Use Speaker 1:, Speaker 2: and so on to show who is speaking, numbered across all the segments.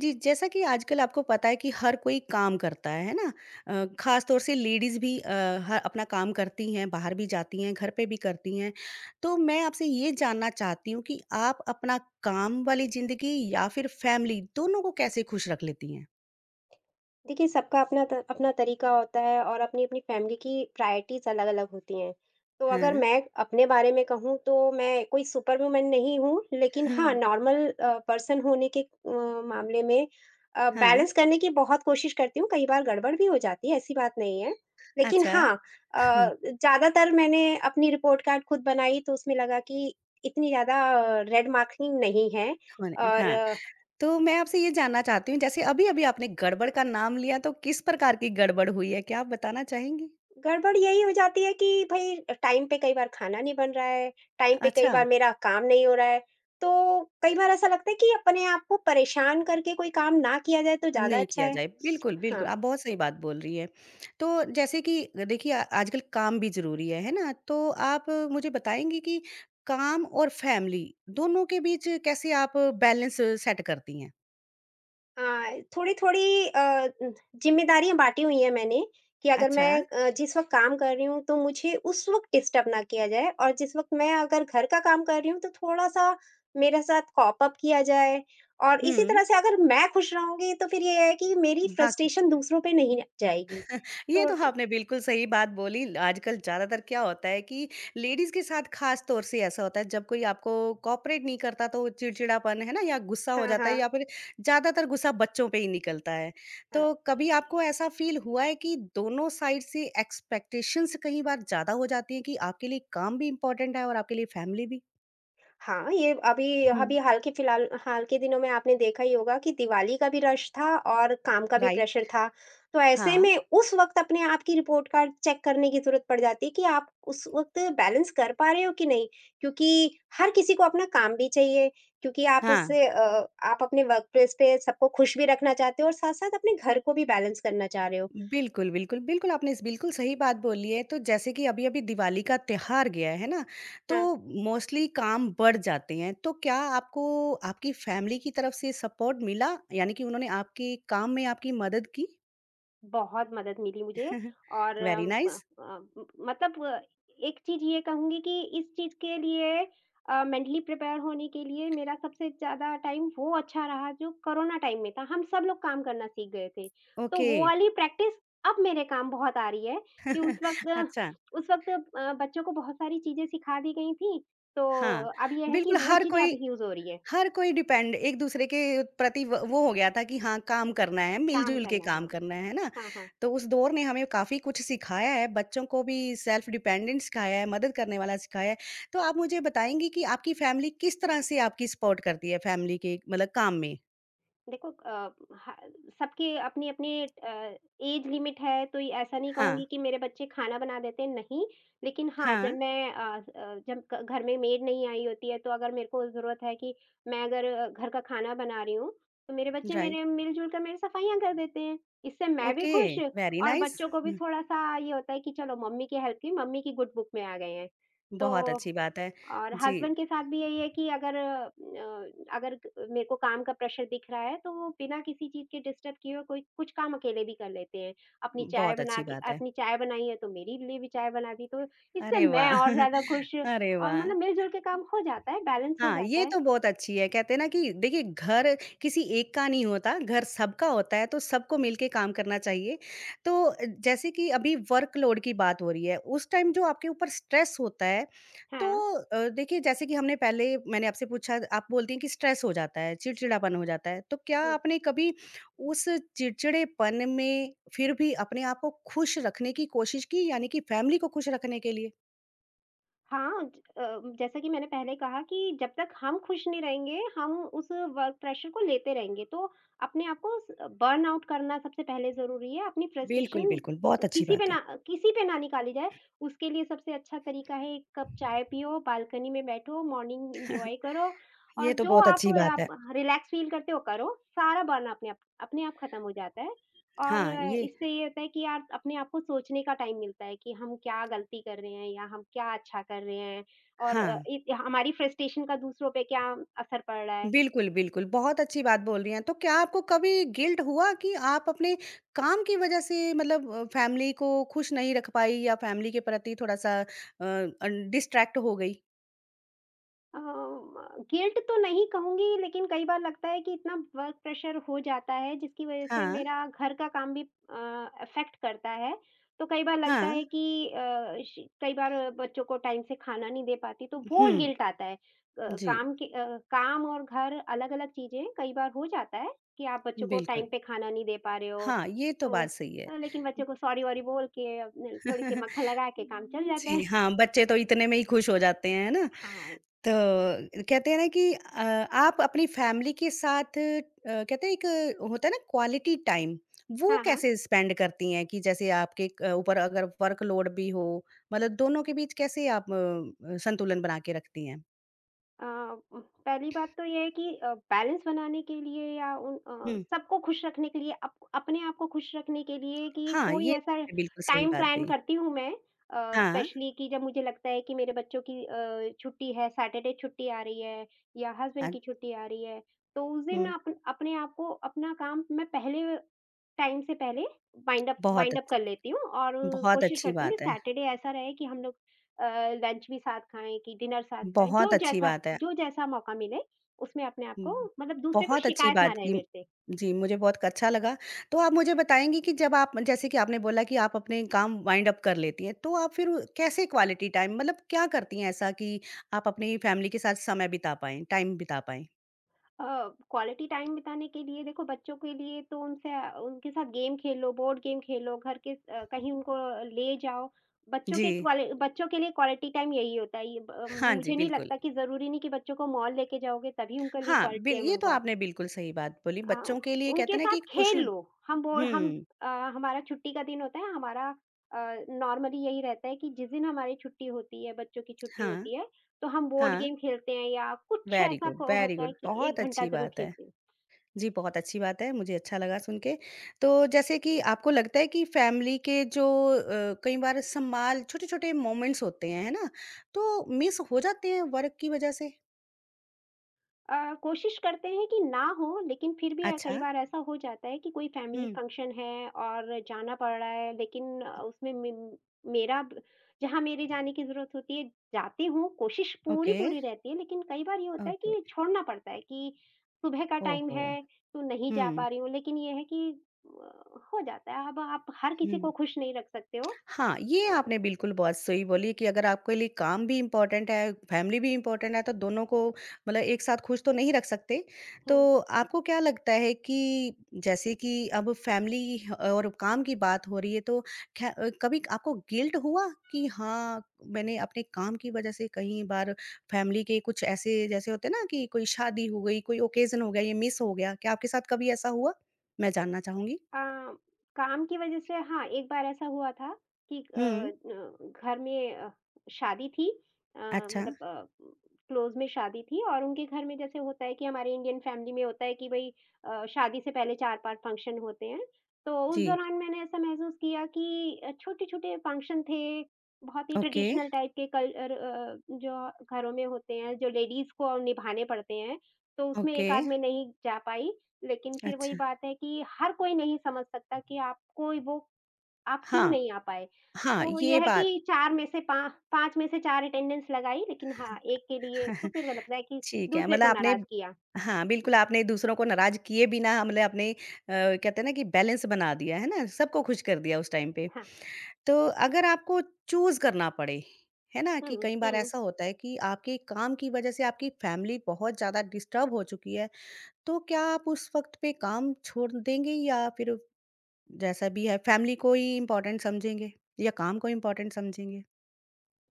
Speaker 1: जी, जैसा कि आजकल आपको पता है कि हर कोई काम करता है ना? ख़ास तौर से लेडीज़ भी अ, ह अपना काम करती हैं, बाहर भी जाती हैं, घर पे भी करती हैं। तो मैं आपसे ये जानना चाहती हूँ कि आप अपना काम वाली ज़िंदगी या फिर फ़ैमिली दोनों को कैसे खुश रख लेती हैं?
Speaker 2: देखिए, सबका अपना तरीका होता है और अपनी-अपनी फैमिली की प्रायोरिटीज़ अलग-अलग होती हैं। तो अगर
Speaker 1: हाँ,
Speaker 2: मैं अपने बारे में कहूँ तो मैं कोई सुपर वुमन नहीं हूँ, लेकिन हाँ,
Speaker 1: हाँ,
Speaker 2: नॉर्मल पर्सन होने के मामले में
Speaker 1: हाँ,
Speaker 2: बैलेंस करने की बहुत कोशिश करती हूँ, कई बार गड़बड़ भी हो जाती है, ऐसी बात नहीं है। लेकिन
Speaker 1: अच्छा।
Speaker 2: हाँ, ज़्यादातर मैंने अपनी रिपोर्ट कार्ड खुद बनाई, तो उसमें लगा कि इतनी ज़्यादा रेड मार्किंग नहीं है।
Speaker 1: होने
Speaker 2: और
Speaker 1: हाँ, तो मैं आपसे ये जानना चाहती हूँ जैसे अभी-अभी आपने गड़बड़ का नाम लिया तो किस प्रकार की गड़बड़ हुई है? क्या आप बताना चाहेंगी?
Speaker 2: गड़बड़ यही हो जाती है कि भई टाइम पे कई बार खाना नहीं बन रहा है, टाइम पे कई
Speaker 1: अच्छा।
Speaker 2: बार मेरा काम नहीं हो रहा है। तो कई बार ऐसा लगता है कि अपने आप को परेशान करके कोई काम ना किया जाए तो ज़्यादा
Speaker 1: नहीं
Speaker 2: अच्छा
Speaker 1: किया
Speaker 2: है।
Speaker 1: जाए। बिल्कुल, बिल्कुल,
Speaker 2: हाँ।
Speaker 1: आप बहुत सही बात बोल रही हैं। तो जैसे कि देखिए आ आजकल काम भी ज़रूरी है ना? तो आप मुझे बताएँगी कि काम और फैमिली दोनों के बीच कैसे आप बैलेंस सेट करती हैं?
Speaker 2: हाँ, थोड़ी-थोड़ी ज़िम्मेदारियाँ बाँटी हुई हैं मैंने, कि अगर
Speaker 1: अच्छा।
Speaker 2: मैं जिस वक़्त काम कर रही हूँ, तो मुझे उस वक़्त डिस्टर्ब ना किया जाए, और जिस वक़्त मैं अगर घर का काम कर रही हूँ, तो थोड़ा-सा मेरे साथ कॉप अप किया जाए। और इसी
Speaker 1: हुँ,
Speaker 2: तरह से अगर मैं खुश रहूँगी, तो फिर ये है कि मेरी
Speaker 1: बाकी
Speaker 2: फ्रस्ट्रेशन दूसरों पे नहीं जाएगी।
Speaker 1: ये
Speaker 2: तो
Speaker 1: तो आपने बिल्कुल सही बात बोली। आजकल ज़्यादातर क्या होता है कि लेडीज़ के साथ ख़ास तौर से ऐसा होता है जब कोई आपको कोऑपरेट नहीं करता तो चिड़चिड़ापन है ना या गुस्सा हो
Speaker 2: हाँ,
Speaker 1: जाता है या
Speaker 2: हाँ,
Speaker 1: फिर ज़्यादातर गुस्सा बच्चों पे ही निकलता है।
Speaker 2: हाँ।
Speaker 1: तो कभी आपको ऐसा फ़ील हुआ है कि दोनों साइड से एक्सपेक्टेशंस कई बार ज़्यादा हो जाती हैं कि आपके लिए काम भी इम्पोर्टेंट है और आपके लिए फैमिली भी?
Speaker 2: हाँ, ये अभी
Speaker 1: हुँ,
Speaker 2: अभी हाल के दिनों में आपने देखा ही होगा कि दिवाली का भी रश था और काम का भी
Speaker 1: राइट।
Speaker 2: प्रेशर था। तो ऐसे
Speaker 1: हाँ,
Speaker 2: में उस वक़्त अपने आप की रिपोर्ट कार्ड चेक करने की ज़रूरत पड़ जाती है कि आप उस वक़्त बैलेंस कर पा रहे हो कि नहीं? क्योंकि हर किसी को अपना काम भी चाहिए, क्योंकि
Speaker 1: हाँ।
Speaker 2: आप अपने वर्क प्लेस पे सबको खुश भी रखना चाहते हो और साथ-साथ अपने घर को भी बैलेंस करना चाह रहे हो।
Speaker 1: बिल्कुल, बिल्कुल। बिल्कुल, आपने इस बिल्कुल सही बात बोली है। तो जैसे कि अभी-अभी दिवाली का त्योहार गया है ना, तो
Speaker 2: हाँ।
Speaker 1: मोस्टली काम बढ़ जाते हैं। तो क्या आपको आपकी फैमिली की तरफ से सपोर्ट मिला? यानी कि उन्होंने आपके काम में आपकी मदद की?
Speaker 2: बहुत मदद मिली मुझे। और
Speaker 1: वेरी नाइस।
Speaker 2: अ, मतलब, एक चीज़ ये कहूँगी कि इस चीज़ के लिए मेंटली प्रिपेयर होने के लिए मेरा सबसे ज़्यादा टाइम वो अच्छा रहा जो कोरोना टाइम में था। हम सब लोग काम करना सीख गए थे। तो
Speaker 1: ओके।
Speaker 2: वो वाली प्रैक्टिस अब मेरे काम बहुत आ रही है कि उस
Speaker 1: अच्छा।
Speaker 2: वक़्त उस वक़्त बच्चों को बहुत सारी चीज़ें सिखा दी गई थीं, तो
Speaker 1: हाँ,
Speaker 2: अब ये है कि
Speaker 1: बिल्कुल
Speaker 2: वो
Speaker 1: हर
Speaker 2: चीज़ें अब
Speaker 1: कोई
Speaker 2: यूज़ हो रही है।
Speaker 1: डिपेंड एक दूसरे के प्रति व वो हो गया था कि हाँ, काम करना है,
Speaker 2: काम
Speaker 1: मिल-जुल के
Speaker 2: करना है,
Speaker 1: काम
Speaker 2: हाँ।
Speaker 1: करना है ना?
Speaker 2: हाँ, हाँ।
Speaker 1: तो उस दौर ने हमें काफ़ी कुछ सिखाया है, बच्चों को भी सेल्फ डिपेंडेंट सिखाया है, मदद करने वाला सिखाया है। तो आप मुझे बताएँगी कि आपकी फैमिली किस तरह से आपकी सपोर्ट करती है फैमिली के मतलब काम में?
Speaker 2: देखो, अ, ह सबकी अपनी-अपनी एज लिमिट है, तो ये ऐसा नहीं
Speaker 1: हाँ,
Speaker 2: कहूँगी कि मेरे बच्चे खाना बना देते हैं, नहीं। लेकिन हाँ,
Speaker 1: हाँ,
Speaker 2: जब मैं अ अ, जब क घर में मेड नहीं आई होती है, तो अगर मेरे को ज़रूरत है कि मैं अगर घर का खाना बना रही हूँ, तो मेरे बच्चे
Speaker 1: राइट।
Speaker 2: मेरे मिल-जुल कर मेरी सफाइयाँ कर देते हैं। इससे मैं भी
Speaker 1: ओके,
Speaker 2: खुश,
Speaker 1: वेरी
Speaker 2: और
Speaker 1: नाइस।
Speaker 2: बच्चों को भी
Speaker 1: हुँ,
Speaker 2: थोड़ा-सा ये होता है कि चलो मम्मी की हेल्प की, मम्मी की गुड बुक में आ गए हैं। तो
Speaker 1: बहुत अच्छी बात है।
Speaker 2: और
Speaker 1: जी,
Speaker 2: हस्बैंड के साथ भी यही है कि अगर मेरे को काम का प्रेशर दिख रहा है, तो वो बिना किसी चीज़ के डिस्टर्ब किए हुए कोई कुछ काम अकेले भी कर लेते हैं।
Speaker 1: बहुत अच्छी बात है।
Speaker 2: अपनी चाय बनाई है, तो मेरे लिए भी चाय बना दी, तो इससे
Speaker 1: अरे
Speaker 2: मैं
Speaker 1: वाह!
Speaker 2: और ज़्यादा खुश।
Speaker 1: अरे
Speaker 2: और
Speaker 1: वाह!
Speaker 2: मतलब मिल-जुल के काम हो जाता है, बैलेंस हो
Speaker 1: हाँ,
Speaker 2: जाता
Speaker 1: ये
Speaker 2: है।
Speaker 1: तो बहुत अच्छी है। कहते हैं ना कि देखिए घर किसी एक का नहीं होता, घर सबका होता है, तो सबको मिलके काम करना चाहिए। तो जैसे कि अभी वर्कलोड की बात हो रही है, उस टाइम जो आपके ऊपर स्ट्रेस होता है, तो
Speaker 2: हाँ।
Speaker 1: देखिए जैसे कि हमने पहले मैंने आपसे पूछा आप बोलती हैं कि स्ट्रेस हो जाता है, चिड़चिड़ापन हो जाता है। तो क्या
Speaker 2: हुँ।
Speaker 1: आपने कभी उस चिड़चिड़ेपन में फिर भी अपने आप को खुश रखने की कोशिश की, यानी कि फैमिली को खुश रखने के लिए?
Speaker 2: हाँ, जैसा कि मैंने पहले कहा कि जब तक हम खुश नहीं रहेंगे, हम उस वर्क प्रेशर को लेते रहेंगे, तो अपने आप को स बर्नआउट करना सबसे पहले ज़रूरी है। अपनी
Speaker 1: बिल्कुल,
Speaker 2: फ्रस्ट्रेशन
Speaker 1: बिल्कुल। बहुत अच्छी
Speaker 2: किसी पे
Speaker 1: बात है।
Speaker 2: ना किसी पे ना निकाली जाए, उसके लिए सबसे अच्छा तरीका है 1 कप चाय पियो, बालकनी में बैठो, मॉर्निंग एन्जॉय करो,
Speaker 1: ये
Speaker 2: और
Speaker 1: तो
Speaker 2: जो
Speaker 1: बहुत
Speaker 2: आप
Speaker 1: अच्छी बात है।
Speaker 2: आप रिलैक्स फ़ील करते हो, करो। सारा बर्न अपने आप खत्म हो जाता है। और
Speaker 1: हाँ, ये
Speaker 2: इससे ये होता है कि यार अपने आप को सोचने का टाइम मिलता है कि हम क्या गलती कर रहे हैं या हम क्या अच्छा कर रहे हैं। और
Speaker 1: हाँ,
Speaker 2: हमारी फ्रस्ट्रेशन का दूसरों पे क्या असर पड़ रहा है।
Speaker 1: बिल्कुल, बिल्कुल, बहुत अच्छी बात बोल रही हैं। तो क्या आपको कभी गिल्ट हुआ कि आप अपने काम की वज़ह से मतलब फैमिली को खुश नहीं रख पाई या फैमिली के प्रति थोड़ा-सा डिस्ट्रैक्ट हो गई?
Speaker 2: अ, गिल्ट तो नहीं कहूँगी, लेकिन कई बार लगता है कि इतना वर्क प्रेशर हो जाता है, जिसकी वज़ह से
Speaker 1: हाँ,
Speaker 2: मेरा घर का काम भी अफ़ेक्ट करता है। तो कई बार लगता
Speaker 1: हाँ,
Speaker 2: है कि अ, श कई बार बच्चों को टाइम से खाना नहीं दे पाती, तो वो
Speaker 1: हुँ,
Speaker 2: गिल्ट आता है।
Speaker 1: जी,
Speaker 2: काम और घर अलग-अलग चीज़ें, कई बार हो जाता है कि आप बच्चों को
Speaker 1: बिल्कुल।
Speaker 2: टाइम पे खाना नहीं दे पा रहे हो,
Speaker 1: हाँ, ये तो
Speaker 2: तो
Speaker 1: बात सही है।
Speaker 2: लेकिन बच्चों को सॉरी-वॉरी बोल के, अपने थोड़ी-सी मक्खन लगा के काम चल जाता
Speaker 1: जी,
Speaker 2: है।
Speaker 1: हाँ, बच्चे तो इतने में ही खुश हो जाते हैं, है ना?
Speaker 2: हाँ,
Speaker 1: तो कहते हैं ना कि आप अपनी फैमिली के साथ कहते हैं एक होता है ना क्वालिटी टाइम, वो
Speaker 2: हाँ, हाँ।
Speaker 1: कैसे स्पेंड करती हैं कि जैसे आपके क ऊपर अगर वर्कलोड भी हो, मतलब दोनों के बीच कैसे आप संतुलन बना के रखती हैं?
Speaker 2: अ, उम, पहली बात तो ये है कि बैलेंस बनाने के लिए या
Speaker 1: हुँ,
Speaker 2: सबको खुश रखने के लिए अप अपने आप को खुश रखने के लिए, कि
Speaker 1: हाँ,
Speaker 2: कोई
Speaker 1: ये
Speaker 2: ऐसा
Speaker 1: आपने बिल्कुल सही
Speaker 2: टाइम
Speaker 1: बात
Speaker 2: प्लान
Speaker 1: कही।
Speaker 2: करती हूँ मैं,
Speaker 1: हाँ,
Speaker 2: स्पेशली कि जब मुझे लगता है कि मेरे बच्चों की छुट्टी है, सैटरडे छुट्टी आ रही है या हस्बैंड
Speaker 1: हाँ,
Speaker 2: की छुट्टी आ रही है, तो उस दिन
Speaker 1: हुँ,
Speaker 2: अप अपने आप को अपना काम मैं पहले, टाइम से पहले वाइंड अप
Speaker 1: बहुत
Speaker 2: वाइंड अप
Speaker 1: अच्छ
Speaker 2: कर लेती हूँ और
Speaker 1: बहुत
Speaker 2: कोशिश
Speaker 1: अच्छी
Speaker 2: करती हूँ कि
Speaker 1: बात है,
Speaker 2: सैटरडे ऐसा रहे कि हम लोग अ, लंच भी साथ खाएँ, कि डिनर साथ खाएँ,
Speaker 1: बहुत
Speaker 2: जो
Speaker 1: अच्छी
Speaker 2: जैसा
Speaker 1: बात है।
Speaker 2: जो जैसा मौका मिले, उसमें अपने आप को
Speaker 1: हुँ,
Speaker 2: मतलब दूसरे को
Speaker 1: बहुत अच्छी
Speaker 2: शिकायत ना
Speaker 1: बात
Speaker 2: रहे
Speaker 1: की।
Speaker 2: मेरे से।
Speaker 1: जी, मुझे बहुत अच्छा लगा। तो आप मुझे बताएँगी कि जब आप जैसे कि आपने बोला कि आप अपने काम वाइंड अप कर लेती हैं, तो आप फिर कैसे क्वालिटी टाइम मतलब क्या करती हैं ऐसा कि आप अपनी फैमिली के साथ समय बिता पाएँ, टाइम बिता पाएँ?
Speaker 2: अ, क्वालिटी टाइम बिताने के लिए देखो बच्चों के लिए तो उनके साथ गेम खेल लो, बोर्ड गेम खेल लो, कहीं उनको ले जाओ।
Speaker 1: जी।
Speaker 2: बच्चों के लिए क्वालिटी टाइम यही होता है। ये ब
Speaker 1: हाँ जी,
Speaker 2: मुझे नहीं
Speaker 1: बिल्कुल।
Speaker 2: लगता कि ज़रूरी नहीं कि बच्चों को मॉल लेके जाओगे तभी उनके लिए
Speaker 1: हाँ,
Speaker 2: क्वालिटी
Speaker 1: बिल
Speaker 2: टाइम
Speaker 1: ये तो
Speaker 2: होगा।
Speaker 1: आपने बिल्कुल सही बात बोली।
Speaker 2: अ,
Speaker 1: बच्चों के लिए कहते
Speaker 2: उनके
Speaker 1: हैं ना
Speaker 2: साथ
Speaker 1: कि
Speaker 2: खेल
Speaker 1: खुशनु
Speaker 2: लो। हम बोर हम
Speaker 1: हुँ,
Speaker 2: अ, हमारा छुट्टी का दिन होता है, हमारा अ, नॉर्मली यही रहता है कि जिस दिन हमारी छुट्टी होती है, बच्चों की छुट्टी
Speaker 1: हाँ,
Speaker 2: होती है, तो हम बोर्ड
Speaker 1: हाँ।
Speaker 2: गेम खेलते हैं या कुछ
Speaker 1: वेरी
Speaker 2: ऐसा
Speaker 1: गुड,
Speaker 2: क
Speaker 1: वेरी
Speaker 2: होता
Speaker 1: गुड।
Speaker 2: है कि
Speaker 1: बहुत
Speaker 2: 1 घंटा
Speaker 1: अच्छी
Speaker 2: ज़रूर
Speaker 1: बात है।
Speaker 2: खेलते हैं।
Speaker 1: जी, बहुत अच्छी बात है, मुझे अच्छा लगा सुन के। तो जैसे कि आपको लगता है कि फैमिली के जो कई बार संभाल छोटे-छोटे मोमेंट्स होते हैं, है ना? तो मिस हो जाते हैं वर्क की वज़ह से?
Speaker 2: अ, कोशिश करते हैं कि ना हो, लेकिन फिर भी कई
Speaker 1: अच्छा।
Speaker 2: बार ऐसा हो जाता है कि कोई फैमिली
Speaker 1: हुँ।
Speaker 2: फंक्शन है और जाना पड़ रहा है, लेकिन अ, उसमें मे- मेरा ब- जहाँ मेरे जाने की जरूरत होती है, जाती हूँ। कोशिश पूरी
Speaker 1: ओके,
Speaker 2: पूरी रहती है, लेकिन कई बार ये होता है
Speaker 1: ओके।
Speaker 2: कि छोड़ना पड़ता है कि सुबह का टाइम
Speaker 1: ओहो!
Speaker 2: है, तो नहीं
Speaker 1: हुँ,
Speaker 2: जा पा रही हूँ। लेकिन ये है कि हो जाता है, अब आप हर किसी को
Speaker 1: हुँ।
Speaker 2: खुश नहीं रख सकते हो।
Speaker 1: हाँ, ये
Speaker 2: अ,
Speaker 1: आपने बिल्कुल बहुत सही बोली कि अगर आपके लिए काम भी इम्पोर्टेंट है, फैमिली भी इम्पोर्टेंट है, तो दोनों को मतलब एक साथ खुश तो नहीं रख सकते।
Speaker 2: हैं।
Speaker 1: तो आपको क्या लगता है कि जैसे कि अब फैमिली और काम की बात हो रही है, तो कभी आपको गिल्ट हुआ कि हाँ, मैंने अपने काम की वजह से कई बार फैमिली के कुछ ऐसे जैसे होते हैं ना कि कोई शादी हो गई, कोई ओकेज़न हो गया, ये मिस हो गया। क्या आपके साथ कभी ऐसा हुआ? मैं जानना चाहूँगी।
Speaker 2: अ, काम की वजह से हाँ, एक बार ऐसा हुआ था कि अ,
Speaker 1: हुँ।
Speaker 2: न घर में शादी थी, अ,
Speaker 1: अच्छा।
Speaker 2: मतलब क्लोज़ में शादी थी, और उनके घर में जैसे होता है कि हमारे इंडियन फैमिली में होता है कि भई शादी से पहले 4-5 फंक्शन होते हैं। तो उस
Speaker 1: जी।
Speaker 2: दौरान मैंने ऐसा महसूस किया कि छोटे-छोटे फंक्शन थे, बहुत ही
Speaker 1: ओके।
Speaker 2: ट्रेडिशनल टाइप के, जो घरों में होते हैं, जो लेडीज़ को निभाने पड़ते हैं, तो उसमें
Speaker 1: ओके,
Speaker 2: एक आध में नहीं जा पाई। लेकिन फिर वही
Speaker 1: अच्छा।
Speaker 2: बात है कि हर कोई नहीं समझ सकता कि आपको वो आप क्यों
Speaker 1: हाँ,
Speaker 2: नहीं आ पाए।
Speaker 1: हाँ,
Speaker 2: तो ये
Speaker 1: ये
Speaker 2: है
Speaker 1: बात।
Speaker 2: कि 4 में से पा 5 में से 4 अटेंडेंस लगाई, लेकिन हाँ, 1 के लिए तो फिर वो लगता है कि
Speaker 1: ठीक है,
Speaker 2: दूसरे
Speaker 1: मतलब
Speaker 2: को
Speaker 1: आपने।
Speaker 2: नाराज़ किया।
Speaker 1: हाँ, बिल्कुल आपने दूसरों को नाराज़ किए बिना हमने अपने कहते हैं ना कि बैलेंस बना दिया, है ना? सबको खुश कर दिया उस टाइम पे।
Speaker 2: हाँ।
Speaker 1: तो अगर आपको चूज़ करना पड़े, है ना? कि
Speaker 2: हुँ,
Speaker 1: कई बार
Speaker 2: हुँ।
Speaker 1: ऐसा होता है कि आपके काम की वज़ह से आपकी फैमिली बहुत ज़्यादा डिस्टर्ब हो चुकी है, तो क्या आप उस वक़्त पे काम छोड़ देंगे या फिर जैसा भी है फैमिली को ही इम्पोर्टेंट समझेंगे या काम को इम्पोर्टेंट समझेंगे?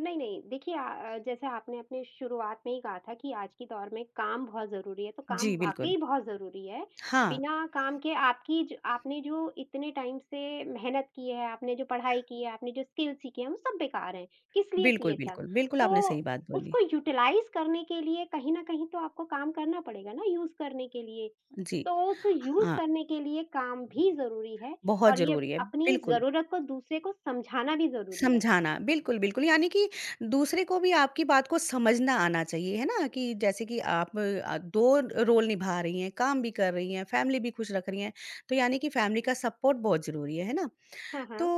Speaker 2: नहीं, नहीं। देखिए, जैसे आपने अपने शुरुआत में ही कहा था कि आज के दौर में काम बहुत ज़रूरी है, तो
Speaker 1: जी,
Speaker 2: काम
Speaker 1: बिल्कुल।
Speaker 2: वाक़ई बहुत ज़रूरी है।
Speaker 1: हाँ।
Speaker 2: बिना काम के आपकी ज आपने जो इतने टाइम से मेहनत की है, आपने जो पढ़ाई की है, आपने जो स्किल सीखे हैं, वो सब बेकार हैं। किस लिए
Speaker 1: बिल्कुल,
Speaker 2: किए था?
Speaker 1: बिल्कुल। बिल्कुल, आपने सही
Speaker 2: तो
Speaker 1: बात बोली।
Speaker 2: उसको यूटिलाइज़ करने के लिए कहीं न कहीं तो आपको काम करना पड़ेगा ना, यूज़ करने के लिए।
Speaker 1: जी,
Speaker 2: तो उस यूज़
Speaker 1: हाँ,
Speaker 2: करने के लिए काम भी ज़रूरी है
Speaker 1: बहुत
Speaker 2: और ये
Speaker 1: ज़रूरी है,
Speaker 2: अपनी
Speaker 1: बिल्कुल।
Speaker 2: ज़रूरत को दूसरे को समझाना भी ज़रूरी है।
Speaker 1: समझाना, बिल्कुल, बिल्कुल, यानी कि दूसरे को भी आपकी बात को समझना आना चाहिए, है ना? कि जैसे कि आप 2 रोल निभा रही हैं, काम भी कर रही हैं, फैमिली भी खुश रख रही हैं, तो यानी कि फैमिली का सपोर्ट बहुत ज़रूरी है ना?
Speaker 2: हाँ,
Speaker 1: तो
Speaker 2: हाँ।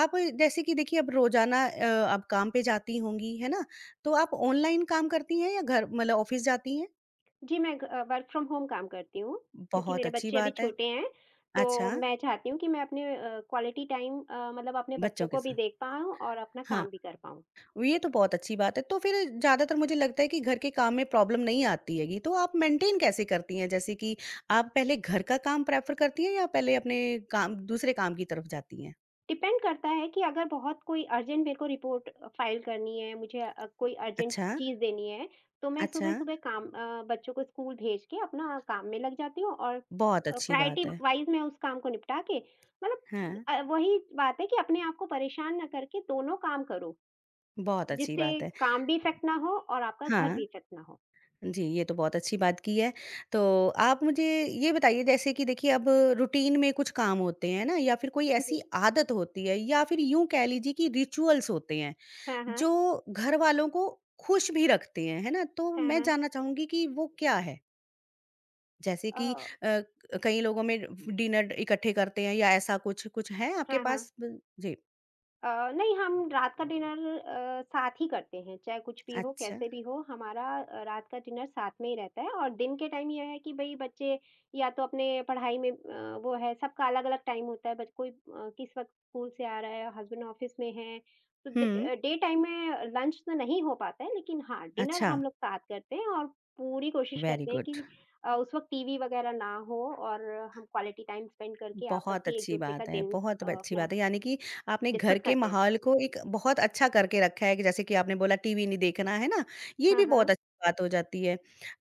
Speaker 1: आप जैसे कि देखिए अब रोज़ाना आप काम पे जाती होंगी, है ना? तो आप ऑनलाइन काम करती हैं या घर मतलब ऑफ़िस जाती हैं?
Speaker 2: जी, वर्क फ्रॉम होम काम करती हूँ, क्योंकि
Speaker 1: बहुत
Speaker 2: मेरे
Speaker 1: अच्छी
Speaker 2: बच्चे अभी
Speaker 1: बात है।
Speaker 2: छोटे हैं, तो
Speaker 1: अच्छा,
Speaker 2: मैं चाहती हूँ कि मैं क्वालिटी टाइम, मतलब अपने
Speaker 1: बच्चों
Speaker 2: बच्चों
Speaker 1: के
Speaker 2: को भी
Speaker 1: साथ।
Speaker 2: देख पाऊँ और अपना
Speaker 1: हाँ।
Speaker 2: काम भी कर पाऊँ।
Speaker 1: ये तो बहुत अच्छी बात है। तो फिर ज़्यादातर मुझे लगता है कि घर के काम में प्रॉब्लम नहीं आती हैगी, तो आप मेंटेन कैसे करती हैं? जैसे कि आप पहले घर का काम प्रेफ़र करती हैं या पहले अपने काम दूसरे काम की तरफ जाती हैं?
Speaker 2: डिपेंड करता है कि अगर बहुत कोई अर्जेंट मेरे को रिपोर्ट फाइल करनी है, मुझे कोई अर्जेंट
Speaker 1: अच्छा,
Speaker 2: चीज़ देनी है, तो मैं
Speaker 1: अच्छा।
Speaker 2: सुबह-सुबह बच्चों को स्कूल भेज के अपना काम में लग जाती हूँ, और
Speaker 1: बहुत अच्छी
Speaker 2: प्रायोरिटी
Speaker 1: बात है।
Speaker 2: वाइज़ मैं उस काम को निपटा के, मतलब
Speaker 1: हाँ,
Speaker 2: वही बात है कि अपने आप को परेशान ना करके दोनों काम करो।
Speaker 1: बहुत अच्छी
Speaker 2: जिससे
Speaker 1: बात है।
Speaker 2: काम भी इफ़ेक्ट ना हो और आपका घर
Speaker 1: हाँ,
Speaker 2: भी इफ़ेक्ट ना हो।
Speaker 1: जी, ये तो बहुत अच्छी बात की है। तो आप मुझे ये बताइए जैसे कि देखिए अब रूटीन में कुछ काम होते हैं ना या फिर कोई ऐसी
Speaker 2: हुँ।
Speaker 1: आदत होती है या फिर यूँ कह लीजिए कि रिचुअल्स होते हैं।
Speaker 2: हाँ, हाँ।
Speaker 1: जो घर वालों को खुश भी रखते हैं, है ना? तो
Speaker 2: हाँ,
Speaker 1: मैं
Speaker 2: हाँ।
Speaker 1: जानना चाहूँगी कि वो क्या है? जैसे
Speaker 2: अ,
Speaker 1: कि अ, कई लोगों में डिनर इकट्ठे करते हैं या ऐसा कुछ, कुछ है आपके
Speaker 2: हाँ, हाँ।
Speaker 1: पास? ब जी,
Speaker 2: अ, नहीं, हम रात का डिनर साथ ही करते हैं, चाहे कुछ भी हो,
Speaker 1: अच्छा।
Speaker 2: कैसे भी हो। हमारा रात का डिनर साथ में ही रहता है, और दिन के टाइम ये है कि भई बच्चे या तो अपने पढ़ाई में, वो है, सबका अलग-अलग टाइम होता है, किस वक़्त स्कूल से आ रहा है, हस्बैंड ऑफ़िस में हैं, तो
Speaker 1: हुँ,
Speaker 2: डे टाइम में लंच तो नहीं हो पाता है, लेकिन हाँ, डिनर
Speaker 1: अच्छा,
Speaker 2: हम लोग साथ करते हैं, और पूरी कोशिश
Speaker 1: वेरी
Speaker 2: करते हैं
Speaker 1: गुड।
Speaker 2: कि उस वक़्त टीवी वग़ैरह ना हो, और हम क्वालिटी टाइम स्पेंड करके आपस
Speaker 1: बहुत
Speaker 2: की
Speaker 1: अच्छी
Speaker 2: एक-दूसरे का
Speaker 1: बात है,
Speaker 2: दिन,
Speaker 1: बहुत ब अच्छी
Speaker 2: अपना
Speaker 1: बात है। यानी कि आपने घर
Speaker 2: डिस्कस
Speaker 1: के
Speaker 2: करते हैं।
Speaker 1: माहौल को एक बहुत अच्छा करके रखा है कि जैसे कि आपने बोला टीवी नहीं देखना, है ना? ये भी
Speaker 2: हाँ,
Speaker 1: बहुत
Speaker 2: हाँ।
Speaker 1: अच्छी बात हो जाती है।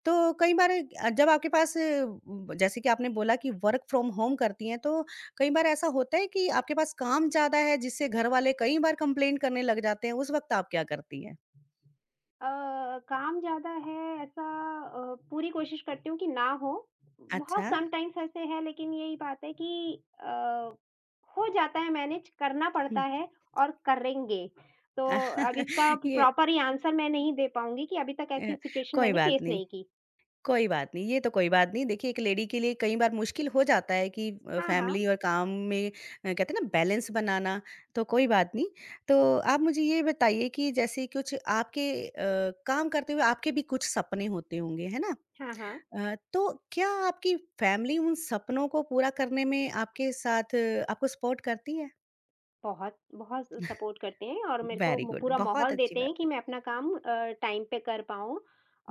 Speaker 1: तो कई बार जब आपके पास अ, ब जैसे कि आपने बोला कि वर्क फ्रॉम होम करती हैं, तो कई बार ऐसा होता है कि आपके पास काम ज़्यादा है जिससे घर वाले कई बार कंप्लेंट करने लग जाते हैं, उस वक़्त आप क्या करती हैं?
Speaker 2: काम ज़्यादा है ऐसा, पूरी कोशिश करती हूँ कि ना हो। बहुत
Speaker 1: अच्छा।
Speaker 2: समटाइम्स ऐसे है, लेकिन यही बात है कि अ, हो जाता है मैनेज, करना पड़ता
Speaker 1: हुँ।
Speaker 2: है और करेंगे। तो अब इसका
Speaker 1: ये
Speaker 2: प्रॉपर ही आंसर मैं नहीं दे पाऊँगी कि अभी तक
Speaker 1: अ,
Speaker 2: ऐसी सिचुएशन
Speaker 1: कोई
Speaker 2: मैंने
Speaker 1: बात
Speaker 2: फेस
Speaker 1: नहीं।
Speaker 2: नहीं की।
Speaker 1: कोई बात नहीं, ये तो कोई बात नहीं। देखिए, एक लेडी के लिए कई बार मुश्किल हो जाता है कि
Speaker 2: हाँ, हाँ।
Speaker 1: फैमिली और काम में कहते हैं ना बैलेंस बनाना, तो कोई बात नहीं। तो आप मुझे ये बताइए कि जैसे कुछ आपके काम करते हुए आपके भी कुछ सपने होते होंगे, है ना?
Speaker 2: हाँ, हाँ।
Speaker 1: तो क्या आपकी फैमिली उन सपनों को पूरा करने में आपके साथ आपको सपोर्ट करती है?
Speaker 2: बहुत, बहुत सपोर्ट करते हैं और मेरे को
Speaker 1: वेरी
Speaker 2: म
Speaker 1: गुड,
Speaker 2: पूरा
Speaker 1: बहुत
Speaker 2: माहौल
Speaker 1: अच्छी
Speaker 2: देते
Speaker 1: बात
Speaker 2: हैं कि
Speaker 1: है।
Speaker 2: मैं अपना काम टाइम पे कर पाऊँ,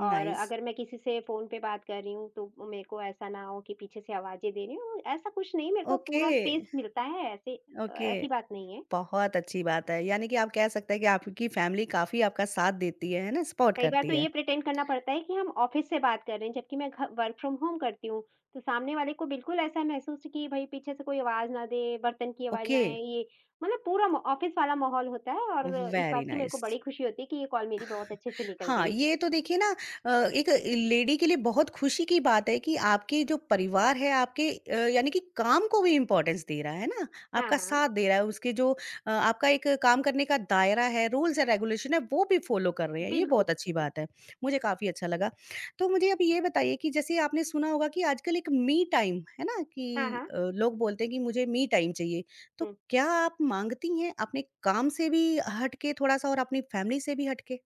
Speaker 2: और
Speaker 1: नाइस।
Speaker 2: अगर मैं किसी से फ़ोन पे बात कर रही हूँ, तो मेरे को ऐसा ना हो कि पीछे से आवाज़ें दे रही हूँ, ऐसा कुछ नहीं। मेरे को
Speaker 1: ओके,
Speaker 2: पूरा स्पेस मिलता है,
Speaker 1: ओके।
Speaker 2: ऐसी बात नहीं है।
Speaker 1: बहुत अच्छी बात है। यानी कि आप कह सकते हैं कि आपकी फैमिली काफ़ी आपका साथ देती है ना? सपोर्ट
Speaker 2: कई बार
Speaker 1: करती
Speaker 2: तो
Speaker 1: है।
Speaker 2: ये प्रिटेंड करना पड़ता है कि हम ऑफिस से बात कर रहे हैं, जबकि मैं घ वर्क फ्रॉम होम करती हूँ। तो सामने वाले को बिल्कुल ऐसा महसूस कि भई पीछे से कोई आवाज़ ना दे, बर्तन की आवाज़ ना
Speaker 1: ओके,
Speaker 2: आए, ये मतलब पूरा म ऑफिस वाला माहौल होता है, और इस
Speaker 1: वेरी
Speaker 2: बात की मेरे को
Speaker 1: नाइस।
Speaker 2: बड़ी खुशी होती है कि ये कॉल मेरी बहुत अच्छे से निकल
Speaker 1: हाँ,
Speaker 2: गई।
Speaker 1: ये तो देखिए ना एक लेडी के लिए बहुत खुशी की बात है कि आपके जो परिवार है आपके यानी कि काम को भी इम्पोर्टेंस दे रहा है ना,
Speaker 2: हाँ,
Speaker 1: आपका
Speaker 2: हाँ।
Speaker 1: साथ दे रहा है, उसके जो आपका एक काम करने का दायरा है, रूल्स एंड रेगुलेशन है, वो भी फ़ॉलो कर रहे हैं, ये
Speaker 2: बिल्कुल,
Speaker 1: बहुत अच्छी
Speaker 2: बिल्कुल।
Speaker 1: बात है। मुझे काफ़ी अच्छा लगा। तो मुझे अब ये बताइए कि जैसे आपने सुना होगा कि आजकल एक मी टाइम है ना
Speaker 2: हाँ,
Speaker 1: कि
Speaker 2: हाँ।
Speaker 1: लोग बोलते हैं कि मुझे मी टाइम चाहिए, तो
Speaker 2: हुँ।
Speaker 1: क्या आप माँगती हैं अपने काम से भी हट के थोड़ा-सा और अपनी फैमिली से भी हट के?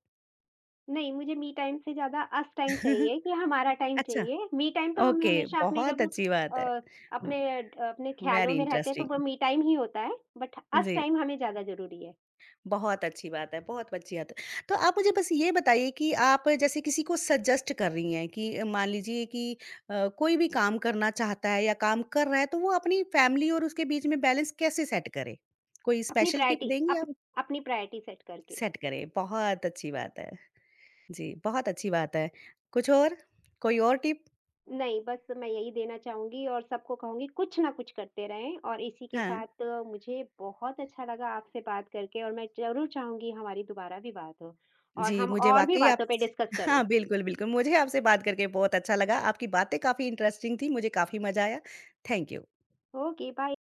Speaker 2: नहीं, मुझे मी टाइम से ज़्यादा अस टाइम चाहिए, कि हमारा टाइम
Speaker 1: अच्छा,
Speaker 2: चाहिए। मी टाइम तो हम
Speaker 1: ओके,
Speaker 2: हमेशा अपने
Speaker 1: बहुत
Speaker 2: जब
Speaker 1: अच्छी बात
Speaker 2: अ,
Speaker 1: है। व
Speaker 2: अ, अपने ख्यालों
Speaker 1: वेरी
Speaker 2: में रहते हैं तो वो
Speaker 1: इंटरेस्टिंग।
Speaker 2: मी टाइम ही होता है। बट अस
Speaker 1: जी,
Speaker 2: टाइम हमें ज़्यादा ज़रूरी है।
Speaker 1: बहुत अच्छी बात है, बहुत अच्छी बात है। तो आप मुझे बस ये बताइए कि आप जैसे किसी को सजेस्ट कर रही हैं कि मान लीजिए कि कोई भी काम करना चाहता है या काम कर रहा है, तो वो अपनी फैमिली और उसके बीच में बैलेंस कैसे सेट करे? कोई स्पेशल टिप देंगी आप?
Speaker 2: अपनी प्रायोरिटी सेट करके।
Speaker 1: सेट करे, बहुत अच्छी बात है। जी, बहुत अच्छी बात है। कुछ और? कोई और टिप?
Speaker 2: नहीं, बस मैं यही देना चाहूँगी और सबको कहूँगी, कुछ ना कुछ करते रहें। और इसी के
Speaker 1: हाँ।
Speaker 2: साथ मुझे बहुत अच्छा लगा आपसे बात करके, और मैं ज़रूर चाहूँगी हमारी दोबारा भी बात हो और
Speaker 1: जी,
Speaker 2: हम
Speaker 1: मुझे
Speaker 2: और भी
Speaker 1: वाक़ई
Speaker 2: बातों पे
Speaker 1: आपसे
Speaker 2: डिस्कस करें।
Speaker 1: हाँ, बिल्कुल, बिल्कुल। मुझे आपसे बात करके बहुत अच्छा लगा। आपकी बातें काफ़ी इंटरेस्टिंग थी, मुझे काफ़ी मज़ा आया। Thank you.
Speaker 2: Okay, bye.